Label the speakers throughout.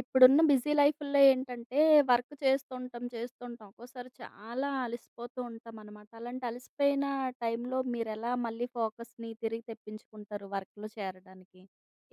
Speaker 1: ఇప్పుడున్న బిజీ లైఫ్‌లో ఏంటంటే, వర్క్ చేస్తుంటాం, చేస్తుంటాం. ఒక్కోసారి చాలా అలసిపోతూ ఉంటామనమాట. అలాంటి అలసిపోయిన టైంలో మీరెలా మళ్ళీ ఫోకస్‌ని తిరిగి తెప్పించుకుంటారు వర్క్‌లో చేరడానికి?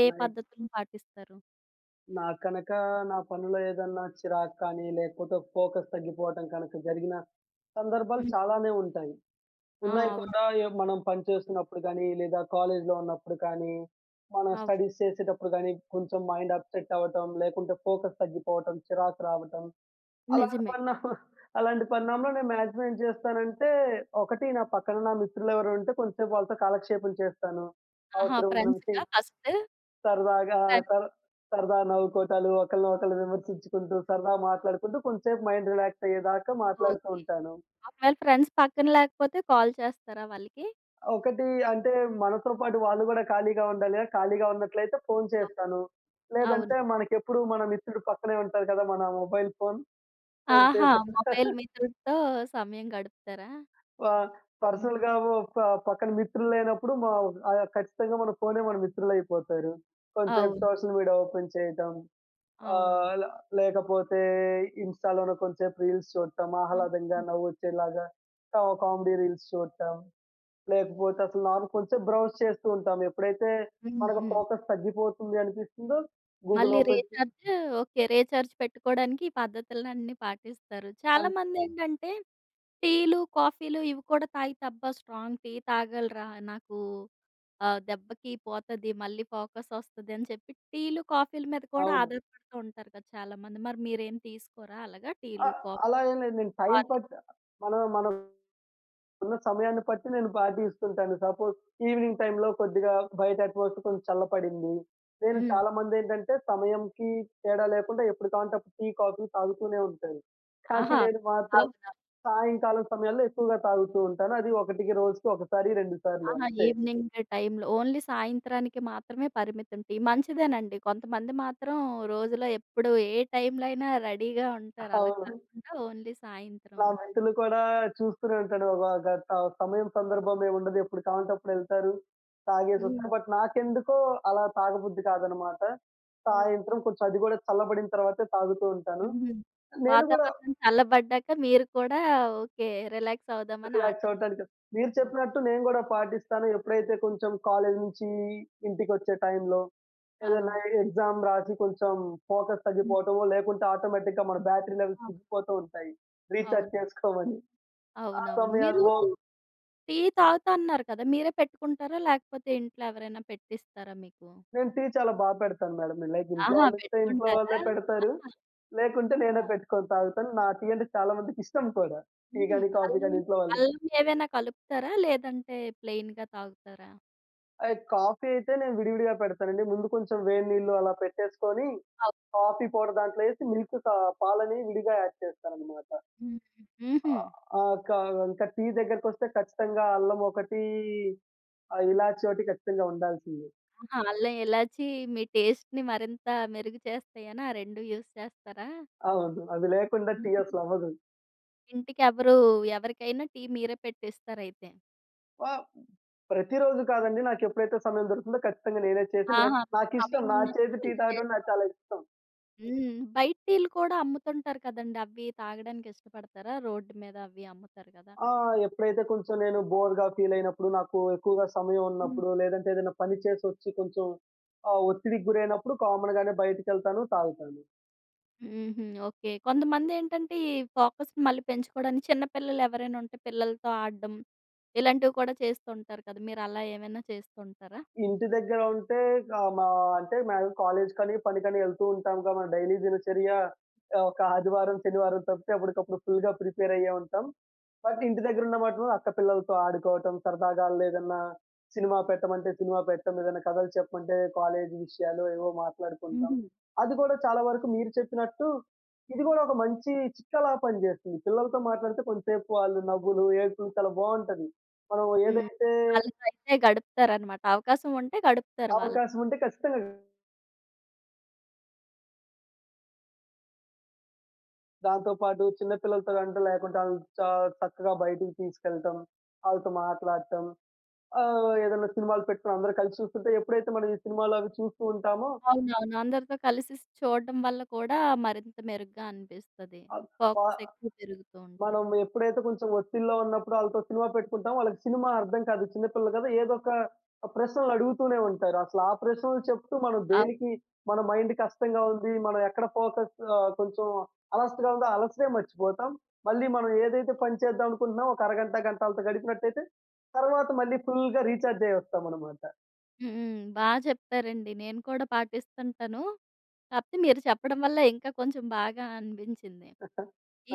Speaker 1: ఏ
Speaker 2: లైక్
Speaker 1: పద్ధతులు పాటిస్తారు?
Speaker 2: నాకు కనక నా పనిలో ఏదన్నా చిరాకు కానీ, లేకపోతే ఫోకస్ తగ్గిపోవటం కనుక జరిగిన సందర్భాలు
Speaker 1: హ్మ్.
Speaker 2: చాలానే ఉంటాయి.
Speaker 1: ఆ!
Speaker 2: ఉన్నాయి
Speaker 1: అవును.
Speaker 2: కూడా. మనం పని చేస్తున్నప్పుడు గానీ, లేదా కాలేజీలో ఉన్నప్పుడు కానీ, మనం
Speaker 1: అవును.
Speaker 2: స్టడీస్ చేసేటప్పుడు గానీ, కొంచెం మైండ్ అప్సెట్ అవ్వటం, లేకుంటే ఫోకస్ తగ్గిపోవటం, చిరాకు రావటం. అలాంటి
Speaker 1: నిజమే.
Speaker 2: పరిణామ అలాంటి పరిణామంలో నేను మాక్సిమం ఏం చేస్తానంటే, ఒకటి నా పక్కన నా మిత్రులెవరైనా ఉంటే కొంచెం సేపు వాళ్ళతో కాలక్షేపం చేస్తాను.
Speaker 1: ఆహా!
Speaker 2: అవసరం ఉన్నంతే
Speaker 1: ఫ్రెండ్స్‌కా ఫస్ట్?
Speaker 2: సరదాగా
Speaker 1: ఫ్రెండ్స్.
Speaker 2: సర సరదా నవ్వుకోటాలు, ఒకళ్ళని ఒకళ్ళు విమర్శించుకుంటూ, సరదా మాట్లాడుకుంటూ కొంచెంసేపు మైండ్ రిలాక్స్ అయ్యేదాకా
Speaker 1: ఓకే.
Speaker 2: మాట్లాడుతూ ఉంటాను.
Speaker 1: ఒకవేళ ఫ్రెండ్స్ పక్కన లేకపోతే కాల్ చేస్తారా వాళ్ళకి?
Speaker 2: ఒకటి అంటే మనతో పాటు వాళ్ళు గూడా ఖాళీగా ఉండాలి కదా! ఖాళీగా ఉన్నట్లయితే ఫోను
Speaker 1: అవ్
Speaker 2: చేస్తాను.
Speaker 1: అవును.
Speaker 2: లేదంటే మనకెప్పుడు మన మిత్రుడు పక్కనే ఉంటారు కదా! మన మొబైల్ ఫోన్.
Speaker 1: ఆహా!
Speaker 2: కొంతసేపు
Speaker 1: మొబైల్ మిత్రుడితో సమయం గడుపుతారా? హుహు.
Speaker 2: పర్సనల్‌గా ఓ ప పక్కన మిత్రులు లేనప్పుడు ఖచ్చితంగా మన ఫోనే మన మిత్రులయిపోతారు. కొంతసేపు
Speaker 1: అవును.
Speaker 2: సోషల్ మీడియా ఓపెన్ చేయటం. ఆహ్,
Speaker 1: అవునవును.
Speaker 2: ల లేకపోతే ఇన్‌స్టా‌లోనే కొంసేపు రీల్స్ చూడటం, ఆహ్లాదంగా
Speaker 1: ఆ!
Speaker 2: నవ్వొచ్చేలాగా కామెడీ రీల్స్ చూడటం, లేకపోతే అసలు నార్ కొంసేపు బ్రౌజ్ చేస్తూ ఉంటాం. ఎప్పుడైతే
Speaker 1: హ్మ్.
Speaker 2: మనకు
Speaker 1: హ్మ్.
Speaker 2: ఫోకస్ తగ్గిపోతుంది అనిపిస్తుందో గూగుల్
Speaker 1: మళ్ళీ
Speaker 2: ఓపెన్ చే
Speaker 1: రీచార్జ్. ఓకే. రీచార్జ్ పెట్టుకోవడానికి ఈ పద్ధతులన్నీ పాటిస్తారు.
Speaker 2: అన్
Speaker 1: చాలామందేంటంటే టీలు, కాఫీలు ఇవి కూడా తాగితే అబ్బా! స్ట్రాంగ్ టీ తాగలిరా నాకు దెబ్బకి పోతది. మళ్ళీ ఫోకస్ వస్తది అని చెప్పి టీలు, కాఫీల మీద కూడా
Speaker 2: అవును.
Speaker 1: ఆధారపడుతూ ఉంటారు కదా! చాలామంది. మరి మీరేం తీసుకోరా అలాగా
Speaker 2: అ
Speaker 1: టీలు, కాఫీ,
Speaker 2: అలా ఏం లేదు. నేను టైం
Speaker 1: హార్లిక్స్?
Speaker 2: పట్ మనం మనం ఉన్న సమయాన్ని బట్టి నేను పాటిస్తుంటాను. సపోజ్ ఈవినింగ్ టైమ్‌లో కొద్దిగా బయట అట్మాస్ఫియర్ కొంచెం చల్లపడింది. నేను
Speaker 1: హ్మ్.
Speaker 2: చాలామందేంటంటే సమయంకి తేడా లేకుండా ఎప్పుడు కావాలంటే అప్పుడు టీ, కాఫీ తాగుతూనే ఉంటారు. కానీ
Speaker 1: ఆహా!
Speaker 2: నేను మాత్రం
Speaker 1: అవునవును.
Speaker 2: సాయంకాలం సమయాల్లో ఎక్కువగా తాగుతూ ఉంటాను. అది ఒకటికి రోజుకి ఒకసారి, 2 సార్లు
Speaker 1: ఆహా!
Speaker 2: అంతే.
Speaker 1: ఈవినింగ్ టైంలో. ఓన్లీ సాయంత్రానికి మాత్రమే పరిమితం టీ. మంచిదేనండి. కొంతమంది మాత్రం రోజులో ఎప్పుడు ఏ టైంలో అయినా రెడీగా ఉంటారు. అలా
Speaker 2: అవును.
Speaker 1: కాకుండా ఓన్లీ సాయంత్రం.
Speaker 2: నా మెంటలు కూడా చూస్తూనే ఉంటాడు. ఒక ఒక త సమయం, సందర్భం ఏముండదు. ఎప్పుడు కావాలంటే అప్పుడు ఎళ్తారు,
Speaker 1: హ్మ్.
Speaker 2: తాగేసొస్తారు. బట్ నాకెందుకో అలా తాగబుద్ధి కాదనమాట.
Speaker 1: ఓకే.
Speaker 2: సాయంత్రం కొంచెం అది గూడా చల్లబడిన తర్వాతే తాగుతూ ఉంటాను.
Speaker 1: హుహు.
Speaker 2: నేను గూడా
Speaker 1: వాతావరణం చల్లబడ్డాక మీరు కూడా ఓకే. రిలాక్స్ అవుదామని ఆ
Speaker 2: రిలాక్స్ అవ్వటానికి మీరు
Speaker 1: టైంలో.
Speaker 2: చెప్పినట్టు నేను గూడా పాటిస్తాను. ఎప్పుడైతే కొంచెం కాలేజీ నుంచి ఇంటికొచ్చే టైంలో ఏదైనా
Speaker 1: అవును.
Speaker 2: ఎగ్జామ్ రాసి కొంచెం ఫోకస్
Speaker 1: హ్మ్.
Speaker 2: తగ్గిపోవటమో, లేకుంటే ఆటోమేటిక్‌గా మన బ్యాటరీ లెవెల్స్
Speaker 1: అవును.
Speaker 2: దిగిపోతూ ఉంటాయి. రీచార్జ్
Speaker 1: అవును.
Speaker 2: చేసుకోమని. ఆ
Speaker 1: అవునవును. మీరు
Speaker 2: సమయాల్లో
Speaker 1: టీ తాగుతా అన్నారు కదా! మీరే పెట్టుకుంటారా? లేకపోతే ఇంట్లో ఎవరైనా పెట్టిస్తారా మీకు?
Speaker 2: నేను టీ చాలా బా పెడతాను మేడం. లైక్ ఇంట్లో
Speaker 1: ఆహా!
Speaker 2: వాళ్ళిస్తే ఇంట్లో
Speaker 1: పెట్టుకుంటారా?
Speaker 2: వాళ్ళే పెడతారు.
Speaker 1: ఆహా!
Speaker 2: లేకుంటే
Speaker 1: ఆ!
Speaker 2: నేనే పెట్టుకొని తాగుతాను. నా టీ అంటే చాలా మందికిష్టం కూడా. టీ
Speaker 1: హుహు.
Speaker 2: గాని, కాఫీ
Speaker 1: అల్లం
Speaker 2: గాని ఇంట్లో వాళ్ళు.
Speaker 1: అల్లం ఏవైనా కలుపుతారా? లేదంటే ప్లెయిన్‌గా తాగుతారా?
Speaker 2: కాఫీ అయితే నేను విడివిడిగా పెడతానండి. ముందు కొంచెం వేడి నీళ్లు అలా పెట్టేసుకొని,
Speaker 1: అవ్
Speaker 2: కాఫీ పౌడర్ దాంట్లో ఏసి మిల్క్ కా పాలని విడిగా యాడ్ చేస్తాననమాట.
Speaker 1: హ్మ్. హుహు.
Speaker 2: ఆహ్, ఆ! క ఇంకా టీ దగ్గరకొస్తే ఖచ్చితంగా అల్లం ఒకటి, ఇలాచి ఒకటి ఖచ్చితంగా ఉండాల్సింది.
Speaker 1: ఆహా! అల్లం, ఇలాచి మీ టేస్ట్‌ని మరింత మెరుగు చేస్తాయనా ఆ 2 యూజ్ చేస్తారా?
Speaker 2: అవును. అవి లేకుండా టీ
Speaker 1: హ్మ్.
Speaker 2: అసలవ్వదు.
Speaker 1: ఇంటికెవరు ఎవరికైనా టీ మీరే పెట్టిస్తారైతే.
Speaker 2: ఆ! ప్రతిరోజు కాదండి. నాకెప్పుడైతే సమయం దొరుకుతుందో ఖచ్చితంగా నేనే చేసి నేను
Speaker 1: ఆహా! మీకు
Speaker 2: నాకిష్టం. నా
Speaker 1: సమయమున్నప్పుడు
Speaker 2: చేతి టీ
Speaker 1: మీరు
Speaker 2: తాగడం నాకు
Speaker 1: చేసుకోవాలి.
Speaker 2: చాలా ఇష్టం.
Speaker 1: హ్మ్. బయట టీలు కూడా అమ్ముతుంటారు కదండీ! అవి తాగడానికి ఇష్టపడతారా? రోడ్డు మీద అవి అమ్ముతారు కదా!
Speaker 2: ఆ!
Speaker 1: అక్కడ.
Speaker 2: ఎప్పుడైతే కొంచెం నేను బోర్‌గా ఫీల్ అయినప్పుడు, నాకు ఎక్కువగా సమయం
Speaker 1: హ్మ్.
Speaker 2: ఉన్నప్పుడు, లేదంటే ఏదైనా పని చేసొచ్చి కొంచెం ఒత్తిడికి గురైనప్పుడు కామన్‌గానే బయటికెళ్తాను, తాగుతాను.
Speaker 1: హుహు. ఓకే. కొంతమందేంటంటే, ఈ ఫోకస్‌ని మళ్ళీ పెంచుకోవడానికి చిన్న పిల్లలు ఎవరైనా ఉంటే పిల్లలతో ఆడడం, ఇలాంటివి కూడా చేస్తుంటారు కదా! మీరలా ఏమైనా చేస్తుంటారా?
Speaker 2: ఇంటి దగ్గర ఉంటే ఆహ్, మా అంటే మేము కాలేజీ కానీ, పని కానీ వెళ్తూ ఉంటాంగా. మన డైలీ దినచర్య ఒక ఆదివారం, శనివారం తప్పితే అప్పటికప్పుడు ఫుల్‌గా ప్రిపేర్ అయ్యే ఉంటాం. బట్ ఇంటి దగ్గర ఉన్న మటుకు అక్క పిల్లలతో ఆడుకోవటం, సరదాగా ఆళ్ళేదన్నా సినిమా పెట్టమంటే సినిమా పెట్టం. ఏదైనా కథలు చెప్పమంటే కాలేజీ విషయాలు ఏవో మాట్లాడుకుంటాం.
Speaker 1: హుహు.
Speaker 2: అది కూడా చాలా వరకు మీరు చెప్పినట్టు ఇది గూడా ఒక మంచి చిట్కాలా పనిజేస్తుంది. పిల్లలతో మాట్లాడితే కొంతసేపు వాళ్ళు నవ్వులు, ఏడుపులు చాలా బావుంటది. మనం
Speaker 1: హ్మ్.
Speaker 2: ఏదైతే
Speaker 1: వాళ్ళతోయితే గడుపుతారనమాట. అవకాశం ఉంటే గడుపుతారు వాళ్ళతో.
Speaker 2: అవకాశం ఉంటే ఖచ్చితంగా దాంతో పాటు చిన్న పిల్లలతో అంటే లేకుంటే ఆళ్ళని చ చక్కగా బయటికి తీసుకెళ్ళటం, ఆళ్ళతో మాట్లాడటం. ఏదన్నా సినిమాలు పెట్టుకొని అందరూ కలిసి చూస్తుంటే ఎప్పుడైతే మనం ఈ సినిమాలు అవి చూస్తూ ఉంటామో
Speaker 1: అవునవును. అందరితో కలిసి చూడడం వల్ల కూడా మరింత మెరుగ్గా అనిపిస్తది.
Speaker 2: ఆహ్, వా
Speaker 1: ఫోకస్ ఎక్కువ పెరుగుతూ ఉంటది.
Speaker 2: మనం ఎప్పుడైతే కొంచెం ఒత్తిడిలో ఉన్నప్పుడు ఆళ్ళతో సినిమా పెట్టుకుంటామో వాళ్ళకి సినిమా అర్థం కాదు. చిన్న పిల్లలు కదా, ఏదో ఒక ప్రశ్నలు అడుగుతూనే ఉంటారు. అసలు ఆ ప్రశ్నలు చెప్తూ మనం
Speaker 1: అవ్
Speaker 2: దేనికి మన మైండ్ కష్టంగా ఉంది. మనం ఎక్కడ ఫోకస్, కొంచెం అలసటగా ఉందో ఆ అలసటే మర్చిపోతాం. మళ్ళీ మనం ఏదైతే పని చేద్దాం అనుకుంటున్నామో ఒక అరగంట, గంట ఆళ్ళతో గడిపినట్టయితే తర్వాత మళ్ళీ ఫుల్‌గా రీచార్జ్ అయ్యొస్తామనమాట.
Speaker 1: హ్మ్. హ్మ్. బా చెప్పారండి. నేను కూడా పాటిస్తుంటాను. కాపోతే మీరు చెప్పడం వల్ల ఇంకా కొంచెం బాగా అనిపించింది.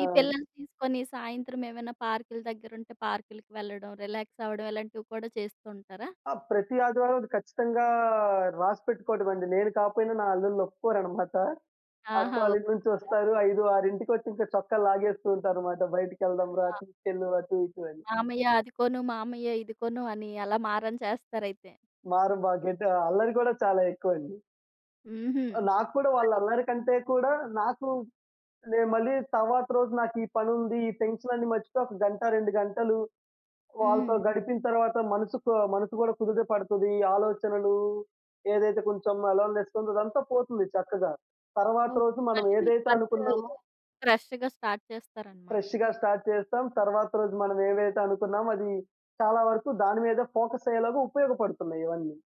Speaker 1: ఈ పిల్లల్ని తీసుకొని సాయంత్రం ఏమైనా పార్కుల దగ్గరుంటే పార్కులకి వెళ్ళడం, రిలాక్స్ అవ్వడం ఇలాంటివి కూడా చేస్తూ ఉంటారా?
Speaker 2: ఆ! ప్రతి ఆదివారం అది ఖచ్చితంగా రాసి పెట్టుకోవడమండి. నేను కాపోయినా నా అల్లుళ్ళు ఒప్పుకోరనమాట. అక్క
Speaker 1: ఆహా!
Speaker 2: వాళ్ళ ఇంటి నుంచి
Speaker 1: ఒప్పుకున్నారా?
Speaker 2: వస్తారు. 5, 6కి వచ్చి ఇంకా చొక్కాలు లాగేస్తూ ఉంటారనమాట. "బయటికెళ్దాం రా!
Speaker 1: ఆహా!
Speaker 2: తీసుకెళ్ళు" అటు ఇటు అని.
Speaker 1: మామయ్య అది కొను, మామయ్య ఇది కొను అని అలా మారం చేస్తారైతే.
Speaker 2: మారం బా గెట్ అల్లరి కూడా చాలా ఎక్కువండి.
Speaker 1: హుహు.
Speaker 2: నాకు కూడా వాళ్ళ
Speaker 1: మరి.
Speaker 2: అల్లరి కంటే కూడా నాకు నేను మళ్ళీ తర్వాత రోజు నాకు ఈ పనుంది. ఈ టెన్షనన్నీ మర్చిపోయి ఒక గంట, 2 గంటలు వాళ్ళతో
Speaker 1: హ్మ్.
Speaker 2: గడిపిన తర్వాత మనసు కూడా కుదుట పడతది. ఆలోచనలు ఏదైతే కొంచెం అలోన్‌నెస్ ఉందో అదంతా పోతుంది చక్కగా. తర్వాత
Speaker 1: ఓకే.
Speaker 2: రోజు మనం
Speaker 1: మళ్ళీ మీకు
Speaker 2: ఏదైతే
Speaker 1: వర్కు
Speaker 2: అనుకున్నామో
Speaker 1: ఫ్రెష్‌గా స్టార్ట్ చేస్తారనమాట.
Speaker 2: ఫ్రెష్‌గా స్టార్ట్ చేస్తాం. తర్వాత రోజు మనం ఏవైతే అనుకున్నామో అది చాలా వరకు దాని మీద ఫోకస్ అయ్యేలాగా ఉపయోగపడుతున్నాయి ఇవన్నీ.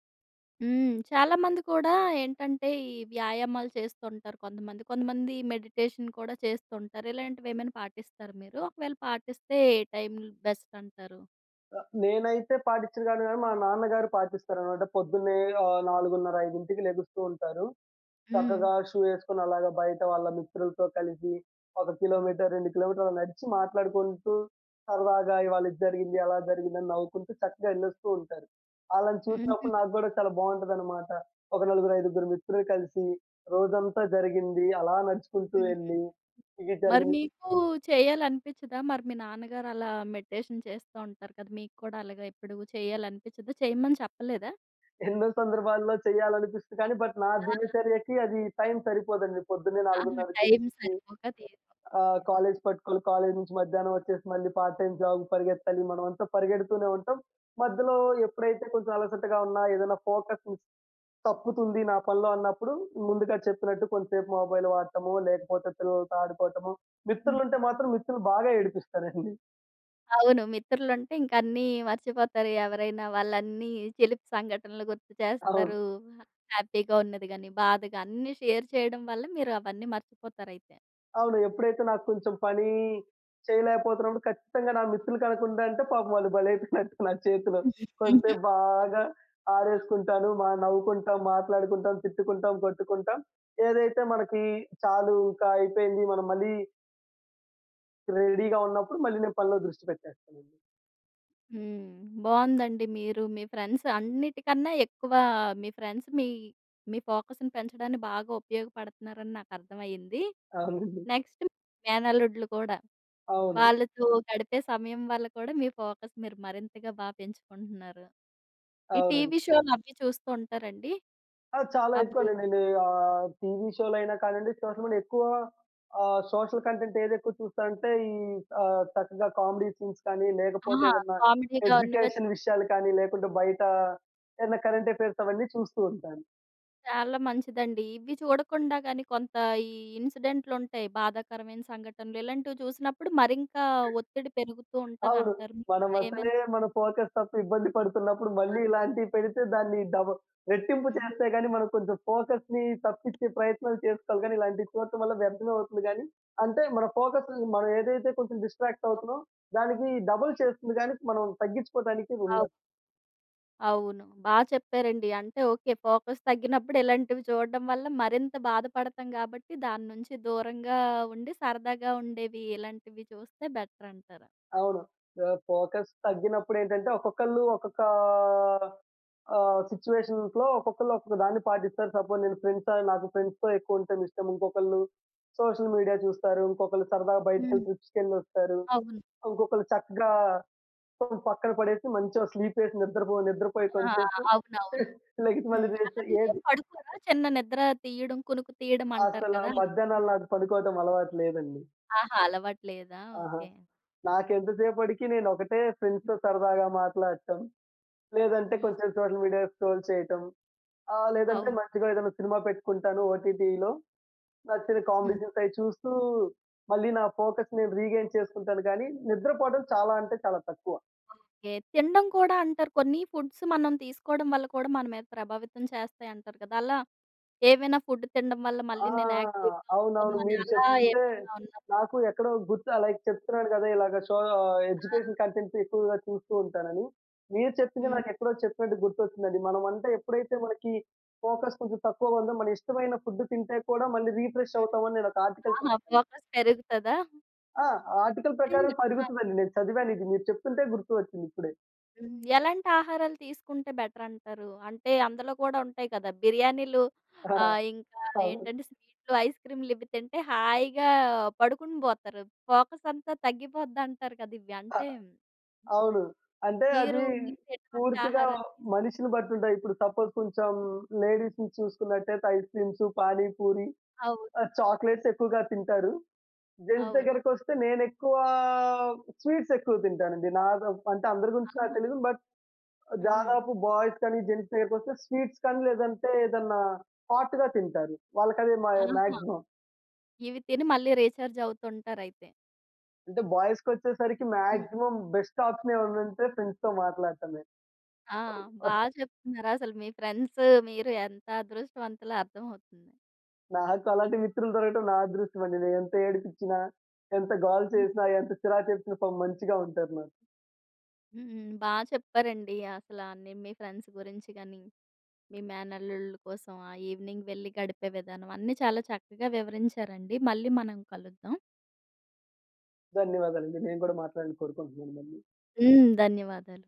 Speaker 1: హ్మ్. చాలామంది కూడా ఏంటంటే, ఈ వ్యాయామాలు చేస్తుంటారు కొంతమంది. కొంతమంది మెడిటేషన్ కూడా చేస్తుంటారు. ఇలాంటివేమైనా పాటిస్తారా మీరు? ఒకవేళ పాటిస్తే ఏ టైం బెస్ట్ అంటారు?
Speaker 2: నేనైతే పాటించను గాని మా నాన్నగారు పాటిస్తారనమాట. పొద్దున్నే 4:30, 5కి లెగుస్తూ ఉంటారు.
Speaker 1: హ్మ్.
Speaker 2: చక్కగా షూ ఏసుకొని అలాగా బయట వాళ్ళ మిత్రులతో కలిసి ఒక కిలోమీటర్, 2 కిలోమీటర్లు నడిచి మాట్లాడుకుంటూ సరదాగా ఇవాళ ఇది జరిగింది, అలా జరిగిందని నవ్వుకుంటూ చక్కగా ఎళ్ళొస్తూ ఉంటారు. ఆళ్ళని
Speaker 1: హుహు. హ్మ్.
Speaker 2: చూసినప్పుడు నాకు గూడా చాలా బావుంటదనమాట. ఒక నలుగురు, ఐదుగురు మిత్రులు కలిసి రోజంతా జరిగింది అలా నడుచుకుంటూ
Speaker 1: హ్మ్.
Speaker 2: ఎళ్ళి, ఇది
Speaker 1: మరి
Speaker 2: జరిగింది.
Speaker 1: మీకు చేయాలనిపించదా? మరి మీ నాన్నగారు అలా మెడిటేషన్ చేస్తూ ఉంటారు కదా! మీకు కూడా అలాగా ఎప్పుడు చేయాలనిపించదా? చేయమని చెప్పలేదా?
Speaker 2: ఎన్నో సందర్భాల్లో చేయాలనిపిస్తుంది కానీ బట్ నా
Speaker 1: ఆ!
Speaker 2: దినచర్యకి అది టైం సరిపోదండి. పొద్దున్నే
Speaker 1: ఆహా!
Speaker 2: 4:30కి
Speaker 1: టైం
Speaker 2: లెగిసి
Speaker 1: సరిపోక తీసుకో.
Speaker 2: ఆ! కాలేజ్ పట్టుకోవాలి. కాలేజ్ నుంచి మధ్యాహ్నం వచ్చేసి మళ్ళీ పార్ట్ టైమ్ జాబ్ పరిగెత్తాలి. మనమంతా పరిగెడుతూనే ఉంటాం. మధ్యలో ఎప్పుడైతే కొంచెం అలసటగా ఉన్నా, ఏదైనా ఫోకస్ మిస్ తప్పుతుంది నా పనిలో అన్నప్పుడు ముందుగా చెప్పినట్టు కొంతసేపు మొబైల్ వాడటము, లేకపోతే పిల్లలతో ఆడుకోవటము.
Speaker 1: హ్మ్.
Speaker 2: మిత్రులుంటే మాత్రం మిత్రులు బాగా ఏడిపిస్తారండి.
Speaker 1: అవును. మిత్రులుంటే ఇంక అన్నీ మర్చిపోతారు. ఎవరైనా వాళ్ళన్నీ చిలిపి సంఘటనలు గుర్తు
Speaker 2: అవును.
Speaker 1: చేస్తారు. హ్యాపీగా ఉన్నది గాని, బాధగా అన్నీ షేర్ చేయడం వల్ల మీరు అవన్నీ మర్చిపోతారయితే.
Speaker 2: అవును. ఎప్పుడైతే నాకు కొంచెం పని చేయలేకపోతున్నప్పుడు ఖచ్చితంగా నా మిత్రులు కనుకుంటా అంటే పాపం వాళ్ళు బలైపోయినట్టు నా చేతిలో. కొంతసేపు బాగా ఆడేసుకుంటాను. నవ్వుకుంటాం, మాట్లాడుకుంటాం, తిట్టుకుంటాం, కొట్టుకుంటాం. ఏదైతే మనకి చాలు, ఇంకా అయిపోయింది. మనం మళ్ళీ రెడీగా ఉన్నప్పుడు మళ్ళీ నేను పనిలో దృష్టి పెట్టేస్తానండి.
Speaker 1: హ్మ్. బావుందండి. మీరు మీ ఫ్రెండ్స్ అన్నిటికన్నా ఎక్కువ మీ ఫ్రెండ్స్ మీ, మీ ఫోకస్‌ని పెంచడానికి బాగా ఉపయోగపడుతున్నారని నాకర్థమయింది.
Speaker 2: అవునండి.
Speaker 1: నెక్స్ట్ మేనల్లుడ్లు కూడా.
Speaker 2: అవును.
Speaker 1: వాళ్ళతో గడిపే సమయం వల్ల కూడా మీ ఫోకస్ మీరు మరింతగా బా పెంచుకుంటున్నారు. ఈ
Speaker 2: అవునండి.
Speaker 1: టీవీ షోలు అవి చూస్తూ ఉంటారండి?
Speaker 2: ఆ! చాలా
Speaker 1: ఆ
Speaker 2: ఎక్కువండి.
Speaker 1: బ్రేక్.
Speaker 2: నేను టీవీ షోలయినా కానియండి, సోషల్ మీడియా ఎక్కువ సోషల్ కంటెంట్ ఏదెక్కువ చూస్తానంటే ఈ చక్కగా కామెడీ సీన్స్ కానీ, లేకపోతే
Speaker 1: ఆహా!
Speaker 2: ఏదన్నా
Speaker 1: కామెడీగా ఉన్నవే.
Speaker 2: ఎడ్యుకేషన్ విషయాలు కానీ, లేకుంటే బయట ఏదైనా కరెంట్ అఫైర్స్ అవన్నీ చూస్తూ ఉంటాను.
Speaker 1: చాలా మంచిదండి. ఇవి చూడకుండా గాని కొంత ఈ ఇన్సిడెంట్‌లుంటాయి. బాధాకరమైన సంఘటనలు ఇలాంటివి చూసినప్పుడు మరింకా ఒత్తిడి పెరుగుతూ
Speaker 2: అవును.
Speaker 1: ఉంటదంటారు. మీకలా ఏమైనా
Speaker 2: మనమసలే మన ఫోకస్ తప్పి ఇబ్బంది పడుతున్నప్పుడు మళ్ళీ
Speaker 1: ఉన్నాదా?
Speaker 2: ఇలాంటివి పెడితే దాన్ని రెట్టింపు
Speaker 1: హ్మ్.
Speaker 2: చేస్తే గాని మనం కొంచెం ఫోకస్‌ని తప్పిచ్చే ప్రయత్నాలు చేసుకోవాలి గానీ, ఇలాంటివి చూడటం వల్ల వ్యర్థమే అవుతుంది గానీ, అంటే మన ఫోకస్ మనం ఏదైతే కొంచెం డిస్ట్రాక్ట్
Speaker 1: ఓకే.
Speaker 2: అవుతున్నామో దానికి డబుల్ చేస్తుంది గానీ, మనం తగ్గించుకోవడానికి
Speaker 1: అవు
Speaker 2: ఉండదు.
Speaker 1: అవును. బా చెప్పారండి. అంటే ఓకే. ఫోకస్ తగ్గినప్పుడు ఇలాంటివి చూడడం వల్ల మరింత బాధపడతాం గాబట్టి దాని నుంచి దూరంగా ఉండి సరదాగా ఉండేవి ఇలాంటివి చూస్తే బెటరంటారా?
Speaker 2: అవును. ఫోకస్ తగ్గినప్పుడేంటంటే, ఒక్కొక్కళ్ళు ఒక్కొక్క సిట్యుయేషన్స్‌లో ఒక్కొక్కళ్ళు ఒక్కొక్క దాన్ని పాటిస్తారు. సపోజ్ నేను ఫ్రెండ్స్ నాకు ఫ్రెండ్స్‌తో ఎక్కువ ఉండటం ఇష్టం. ఇంకొకళ్ళు సోషల్ మీడియా చూస్తారు. ఇంకొకళ్ళు సరదాగా
Speaker 1: హ్మ్.
Speaker 2: బయటికెళ్ళి ట్రిప్స్‌కెళ్ళొస్తారు.
Speaker 1: అవును.
Speaker 2: ఇంకొకళ్ళు చక్కగా ఫోను పక్కన పడేసి మంచిగా స్లీపేసి నిద్రపోయి
Speaker 1: ఆ!
Speaker 2: కొంతసేపు
Speaker 1: అవునవును.
Speaker 2: లెగిసి మళ్ళీ
Speaker 1: హ్మ్.
Speaker 2: లేసి
Speaker 1: అలా మీరేం పడుకోరా? చిన్న నిద్ర తీయడం, కునుకు తీయడం అంటారు
Speaker 2: అసల
Speaker 1: కదా! అలా.
Speaker 2: మధ్యాహ్నాలు నాకు పడుకోవడం అలవాటు లేదండి.
Speaker 1: ఆహా! అలవాటు లేదా?
Speaker 2: ఆహా!
Speaker 1: ఓకే.
Speaker 2: నాకెంతసేపటికి నేనొకటే
Speaker 1: హ్మ్.
Speaker 2: ఫ్రెండ్స్‌తో సరదాగా మాట్లాడటం. లేదంటే
Speaker 1: హ్మ్.
Speaker 2: కొంచెం సోషల్ మీడియా స్క్రోల్ చేయటం. లేదంటే
Speaker 1: అవును.
Speaker 2: మంచిగా ఏదైనా సినిమా పెట్టుకుంటాను ఓటీటీలో. నచ్చిన
Speaker 1: హ్మ్.
Speaker 2: కాంబినేషన్స్ అయి చూస్తూ మళ్ళీ నా ఫోకస్ నేను రీగెయిన్ చేసుకుంటాను గానీ, నిద్రపోవడం చాలా తక్కువ.
Speaker 1: ఓకే. తినడం కూడా అంటారు కొన్ని ఫుడ్స్ మనం తీసుకోవడం వల్ల కూడా మన మీద ప్రభావితం చేస్తాయి అంటారు కదా! అలా ఏవైనా ఫుడ్ తినడం వల్ల
Speaker 2: ఆ!
Speaker 1: మళ్ళీ నేను యాక్టివ్‌గా ఉంటాను
Speaker 2: అవునవును.
Speaker 1: అని
Speaker 2: మీరు
Speaker 1: అలా
Speaker 2: చెప్తుంటే
Speaker 1: ఏమైనా ఉన్నదా?
Speaker 2: నాకు ఎక్కడో గుర్తు, లైక్ చెప్తున్నాను గదా! ఇలాగ
Speaker 1: ఆ!
Speaker 2: ఎడ్యుకేషన్ కంటెంట్ ఎక్కువగా చూస్తూ ఉంటానని. మీరు చెప్పింది
Speaker 1: హ్మ్.
Speaker 2: నాకెక్కడో చెప్పినట్టు గుర్తొచ్చిందండి. మనం అంటే ఎప్పుడైతే
Speaker 1: హ్మ్.
Speaker 2: మనకి ఫోకస్ కొంచెం తక్కువగా ఉందో, మన ఇష్టమైన ఫుడ్ తింటే కూడా మళ్ళీ రీఫ్రెష్ అవుతామని నేనొక ఆర్టికల్
Speaker 1: ఆహా!
Speaker 2: చదివాను.
Speaker 1: ఫోకస్ పెరుగుతదా?
Speaker 2: ఆ! ఆర్టికల్ ప్రకారం
Speaker 1: అంటే ఆ!
Speaker 2: పరుగుతదండి. నేను చదివాను ఇది. మీరు చెప్తుంటే గుర్తు వచ్చింది ఇప్పుడే.
Speaker 1: హ్మ్. ఎలాంటి ఆహారాలు తీసుకుంటే బెటరంటారు? అంటే అందులో కూడా ఉంటాయి కదా! బిర్యానీలు,
Speaker 2: ఆ!
Speaker 1: ఇంకా
Speaker 2: అవును.
Speaker 1: ఏంటంటే స్వీట్లు, ఐస్ క్రీమ్‌లు ఇవి తింటే హాయిగా పడుకుని పోతారు. ఫోకస్ అంతా తగ్గిపోద్దంటారు కదా! ఇవి
Speaker 2: అ
Speaker 1: అంటే
Speaker 2: అవును. అంటే
Speaker 1: మీరు
Speaker 2: అది
Speaker 1: మీకు ఎటువంటి
Speaker 2: పూర్తిగా
Speaker 1: ఆహారాలు?
Speaker 2: మనిషిని బట్టి ఉంటాయి. ఇప్పుడు సపోజ్ కొంచెం లేడీస్‌ని చూసుకున్నట్టయితే ఐస్ క్రీమ్స్, పానీ పూరి,
Speaker 1: అవును.
Speaker 2: చాక్లేట్స్ ఎక్కువగా తింటారు. జెంట్స్
Speaker 1: అవును.
Speaker 2: దగ్గరకొస్తే స్వీట్స్ ఎక్కువ తింటానండి. అంటే అందరి గురించి
Speaker 1: ఆహా!
Speaker 2: నాకు తెలీదు. బట్
Speaker 1: హ్మ్.
Speaker 2: దాదాపు బాయ్స్ కానీ, జెంట్స్ దగ్గరకొస్తే స్వీట్స్ కానీ లేదంటే ఏదన్నా హాట్‌గా తింటారు. వాళ్ళకదే మా
Speaker 1: ఆహా!
Speaker 2: మాక్సిమం.
Speaker 1: ఇవి తిని మళ్ళీ రీచార్జ్ అవుతుంటారయితే.
Speaker 2: అంటే బాయ్స్‌కొచ్చేసరికి
Speaker 1: హ్మ్.
Speaker 2: మాక్సిమం బెస్ట్ ఆప్షన్ ఏమన్నుంటే ఫ్రెండ్స్‌తో మాట్లాడటమే.
Speaker 1: ఆ! బా చెప్తున్నారు. అసలు మీ ఫ్రెండ్స్, మీరు ఎంత అదృష్టవంతులో అర్థమవుతుంది.
Speaker 2: నాకు అలాంటి మిత్రులు దొరకడం నా అదృష్టమండి. నేనెంత ఏడిపిచ్చినా, ఎంత గోల చేసినా, ఎంత చిరాకు తెప్పిచ్చినా పాపం మంచిగా ఉంటారు నాకు.
Speaker 1: హ్మ్. బా చెప్పారండి. అసలా అన్నీ మీ ఫ్రెండ్స్ గురించి గాని, మీ మేనల్లుళ్ళ కోసం ఆ ఈవినింగ్ వెళ్ళి గడిపే విధానం అన్నీ చాలా చక్కగా వివరించారండి. మళ్ళీ మనం కలుద్దాం.
Speaker 2: ధన్యవాదాలండి. నేను కూడా మాట్లాడాలని కోరుకుంటున్నాను మళ్ళీ.
Speaker 1: హ్మ్. ధన్యవాదాలు.